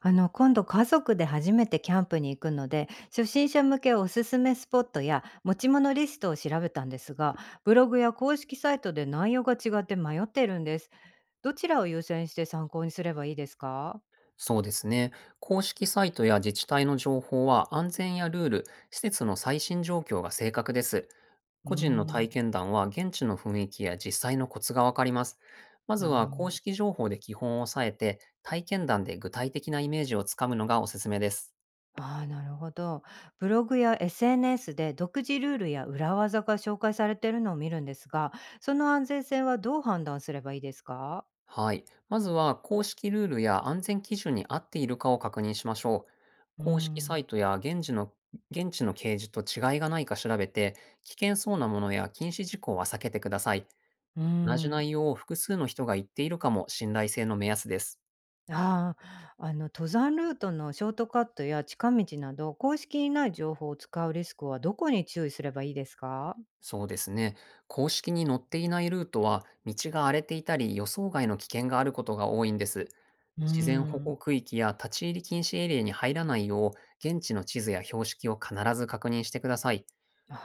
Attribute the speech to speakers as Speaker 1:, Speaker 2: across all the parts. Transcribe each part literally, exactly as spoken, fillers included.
Speaker 1: あの、今度家族で初めてキャンプに行くので、初心者向けおすすめスポットや持ち物リストを調べたんですが、ブログや公式サイトで内容が違って迷っているんです。どちらを優先して参考にすればいいですか？
Speaker 2: そうですね。公式サイトや自治体の情報は安全やルール、施設の最新状況が正確です。
Speaker 1: うー
Speaker 2: 個人の
Speaker 1: ん。
Speaker 2: 体験談は現地の雰囲気や実際のコツがわかります。ま
Speaker 1: あ
Speaker 2: ずは公
Speaker 1: ー
Speaker 2: 式情報で基本を抑えて、体験談で具体的なイメージをつかむのがおすすめです。
Speaker 1: あー、なるほど。ブログや エスエヌエス で独自ルールや裏技が紹介されているのを見るんですが、その安全性はどう判断すればいいですか？
Speaker 2: はい。まずは公式ルールや安全基準に合っているかを確認しましょう。
Speaker 1: うー
Speaker 2: 公式サ
Speaker 1: ん。
Speaker 2: イトや現地の現地の掲示と違いがないか調べて、危険そうなものや禁止事項は避けてください。
Speaker 1: うー
Speaker 2: 同じ
Speaker 1: ん。
Speaker 2: 内容を複数の人が言っているかも信頼性の目安です。
Speaker 1: ああ、あの登山ルートのショートカットや近道など、公式にない情報を使うリスクはどこに注意すればいいですか？
Speaker 2: そうですね。公式に載っていないルートは、道が荒れていたり予想外の危険があることが多いんです。
Speaker 1: うー
Speaker 2: 自然保
Speaker 1: ん。
Speaker 2: 護区域や立ち入り禁止エリアに入らないよう、現地の地図や標識を必ず確認してください。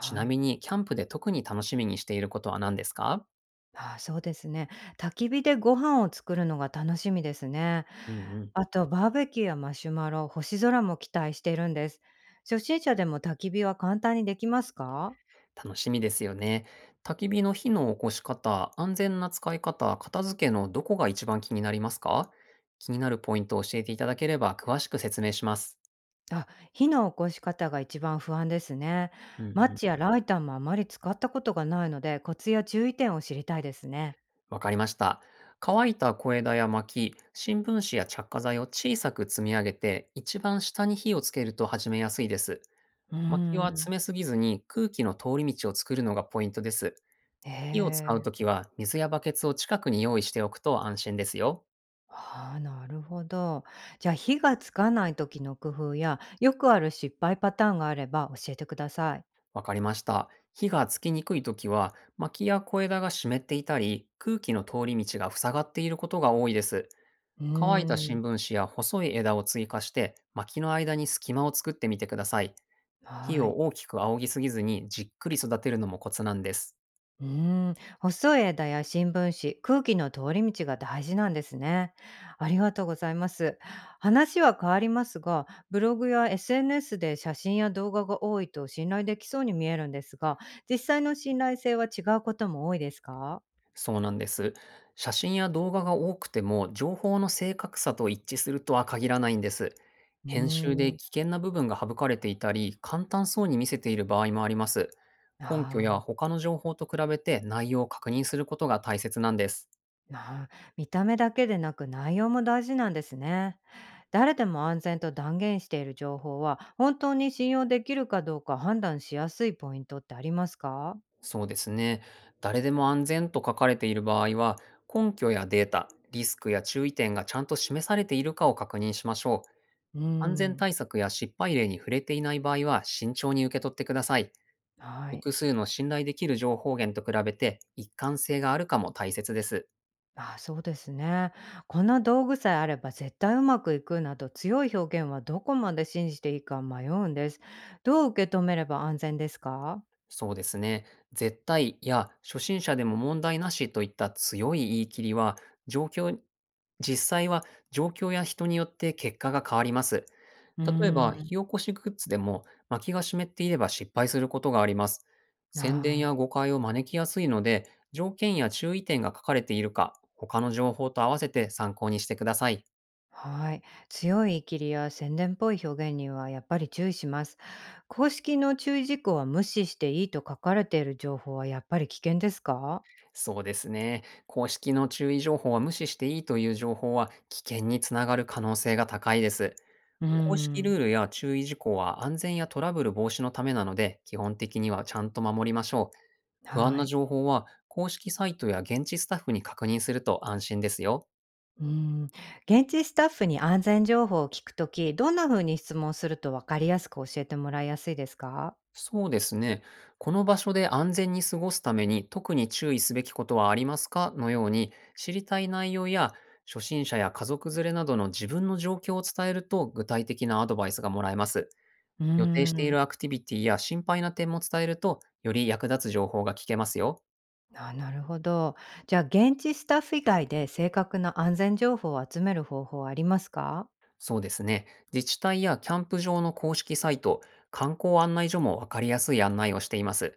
Speaker 2: ちな
Speaker 1: い。
Speaker 2: みに、キャンプで特に楽しみにしていることは何ですか？
Speaker 1: ああ、そうですね。焚き火でご飯を作るのが楽しみですね。
Speaker 2: うんうん。
Speaker 1: あとバーベキューやマシュマロ、星空も期待しているんです。初心者でも焚き火は簡単にできますか？
Speaker 2: 楽しみですよね。焚き火の火の起こし方、安全な使い方、片付けのどこが一番気になりますか？気になるポイントを教えていただければ詳しく説明します。
Speaker 1: あ、火の起こし方が一番不安ですね。
Speaker 2: うんう
Speaker 1: マッ
Speaker 2: ん。
Speaker 1: チやライターもあまり使ったことがないので、コツや注意点を知りたいですね。
Speaker 2: わかりました。乾いた小枝や薪、新聞紙や着火剤を小さく積み上げて、一番下に火をつけると始めやすいです。
Speaker 1: うー
Speaker 2: 薪は
Speaker 1: ん。
Speaker 2: 詰めすぎずに空気の通り道を作るのがポイントです。
Speaker 1: え
Speaker 2: 火を使う
Speaker 1: え。
Speaker 2: ときは水やバケツを近くに用意しておくと安心ですよ。
Speaker 1: ああ、なるほど。じゃあ、火がつかない時の工夫や、よくある失敗パターンがあれば教えてください。
Speaker 2: わかりました。火がつきにくいときは、薪や小枝が湿っていたり、空気の通り道が塞がっていることが多いです。
Speaker 1: うー
Speaker 2: 乾いた
Speaker 1: ん、
Speaker 2: 新聞紙や細い枝を追加して、薪の間に隙間を作ってみてください。火
Speaker 1: はい。
Speaker 2: を大きく仰ぎすぎずにじっくり育てるのもコツなんです。
Speaker 1: うーん、細い枝や新聞紙、空気の通り道が大事なんですね。ありがとうございます。話は変わりますが、ブログや エスエヌエス で写真や動画が多いと信頼できそうに見えるんですが、実際の信頼性は違うことも多いですか？
Speaker 2: そうなんです。写真や動画が多くても、情報の正確さと一致するとは限らないんです。
Speaker 1: うー
Speaker 2: 編集で
Speaker 1: ん、
Speaker 2: 危険な部分が省かれていたり、簡単そうに見せている場合もあります。根拠
Speaker 1: あ
Speaker 2: や
Speaker 1: あ。
Speaker 2: 他の情報と比べて内容を確認することが大切なんです。
Speaker 1: な見た目だけでなく内容も大事なんですね。誰でも安全と断言している情報は本当に信用できるかどうか判断しやすいポイントってありますか？
Speaker 2: そうですね。誰でも安全と書かれている場合は、根拠やデータ、リスクや注意点がちゃんと示されているかを確認しましょう。
Speaker 1: うー
Speaker 2: 安全
Speaker 1: ん、
Speaker 2: 対策や失敗例に触れていない場合は慎重に受け取ってください。
Speaker 1: はい。
Speaker 2: 複数の信頼できる情報源と比べて一貫性があるかも大切です。
Speaker 1: あ、そうですね。こんな道具さえあれば絶対うまくいくなど強い表現はどこまで信じていいか迷うんです。どう受け止めれば安全ですか？
Speaker 2: そうですね。絶対や初心者でも問題なしといった強い言い切りは、状況、実際は状況や人によって結果が変わります。
Speaker 1: うー
Speaker 2: 例えば、
Speaker 1: ん、
Speaker 2: 火起こしグッズでも薪が湿っていれば失敗することがあります。
Speaker 1: あ
Speaker 2: 宣伝や
Speaker 1: ー、
Speaker 2: 誤解を招きやすいので、条件や注意点が書かれているか、他の情報と合わせて参考にしてください。
Speaker 1: はい。強い言い切りや宣伝っぽい表現にはやっぱり注意します。公式の注意事項は無視していいと書かれている情報はやっぱり危険ですか？
Speaker 2: そうですね。公式の注意情報は無視していいという情報は危険につながる可能性が高いです。
Speaker 1: うー
Speaker 2: 公式
Speaker 1: ん、
Speaker 2: ルールや注意事項は安全やトラブル防止のためなので、基本的にはちゃんと守りましょう。不安
Speaker 1: は
Speaker 2: な
Speaker 1: い。
Speaker 2: 情報は公式サイトや現地スタッフに確認すると安心ですよ。
Speaker 1: うーん。現地スタッフに安全情報を聞くとき、どんな風に質問すると分かりやすく教えてもらいやすいですか？
Speaker 2: そうですね。この場所で安全に過ごすために特に注意すべきことはありますか、のように知りたい内容や初心者や家族連れなどの自分の状況を伝えると具体的なアドバイスがもらえます。
Speaker 1: うー
Speaker 2: 予定してい
Speaker 1: ん。
Speaker 2: るアクティビティや心配な点も伝えるとより役立つ情報が聞けますよ。
Speaker 1: あ、なるほど。じゃあ、現地スタッフ以外で正確な安全情報を集める方法はありますか？
Speaker 2: そうですね。自治体やキャンプ場の公式サイト、観光案内所もわかりやすい案内をしています。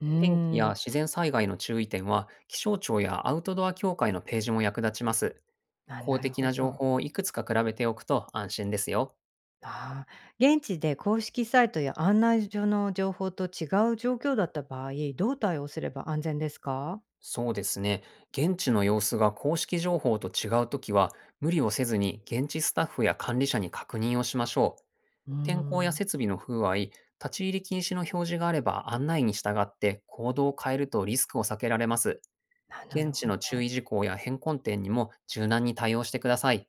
Speaker 1: うー
Speaker 2: 天気や
Speaker 1: ん。
Speaker 2: 自然災害の注意点は気象庁やアウトドア協会のページも役立ちます。
Speaker 1: あ、
Speaker 2: 公
Speaker 1: なる
Speaker 2: 的
Speaker 1: ほ
Speaker 2: な情
Speaker 1: ど。
Speaker 2: 報をいくつか比べておくと安心ですよ。
Speaker 1: ああ、現地で公式サイトや案内所の情報と違う状況だった場合、どう対応すれば安全ですか？
Speaker 2: そうですね。現地の様子が公式情報と違うときは、無理をせずに現地スタッフや管理者に確認をしましょう。
Speaker 1: うー
Speaker 2: 天候や
Speaker 1: ん、
Speaker 2: 設備の不具合、立ち入り禁止の表示があれば案内に従って行動を変えるとリスクを避けられます。
Speaker 1: あ、なる
Speaker 2: 現地
Speaker 1: ほ
Speaker 2: の
Speaker 1: ど。
Speaker 2: 注意事項や変更点にも柔軟に対応してください。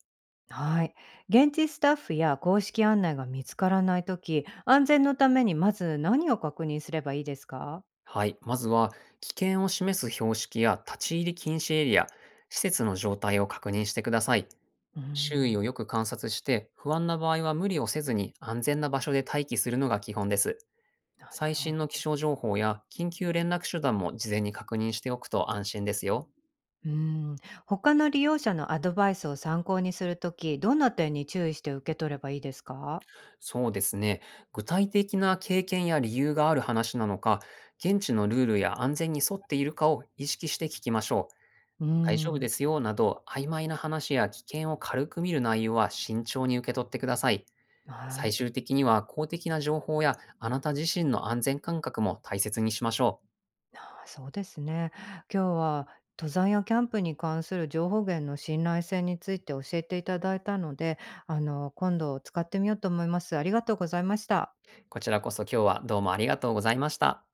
Speaker 1: はい。現地スタッフや公式案内が見つからないとき、安全のためにまず何を確認すればいいですか？
Speaker 2: はい。まずは、危険を示す標識や立ち入り禁止エリア、施設の状態を確認してください。
Speaker 1: うー
Speaker 2: 周囲を
Speaker 1: ん、
Speaker 2: よく観察して、不安な場合は無理をせずに安全な場所で待機するのが基本です。
Speaker 1: あ、な
Speaker 2: 最
Speaker 1: るほ
Speaker 2: 新の
Speaker 1: ど。
Speaker 2: 気象情報や緊急連絡手段も事前に確認しておくと安心ですよ。
Speaker 1: うーん、他の利用者のアドバイスを参考にするとき、どんな点に注意して受け取ればいいですか？
Speaker 2: そうですね。具体的な経験や理由がある話なのか、現地のルールや安全に沿っているかを意識して聞きましょう。
Speaker 1: うー
Speaker 2: 大丈夫
Speaker 1: ん、
Speaker 2: ですよなど、曖昧な話や危険を軽く見る内容は慎重に受け取ってください。
Speaker 1: は
Speaker 2: 最
Speaker 1: い。
Speaker 2: 終的には公的な情報やあなた自身の安全感覚も大切にしましょ
Speaker 1: ああ、そうですね。今日は登山やキャンプに関する情報源の信頼性について教えていただいたので、あの、今度使ってみようと思います。ありがとうございました。
Speaker 2: う。こちらこそ今日はどうもありがとうございました。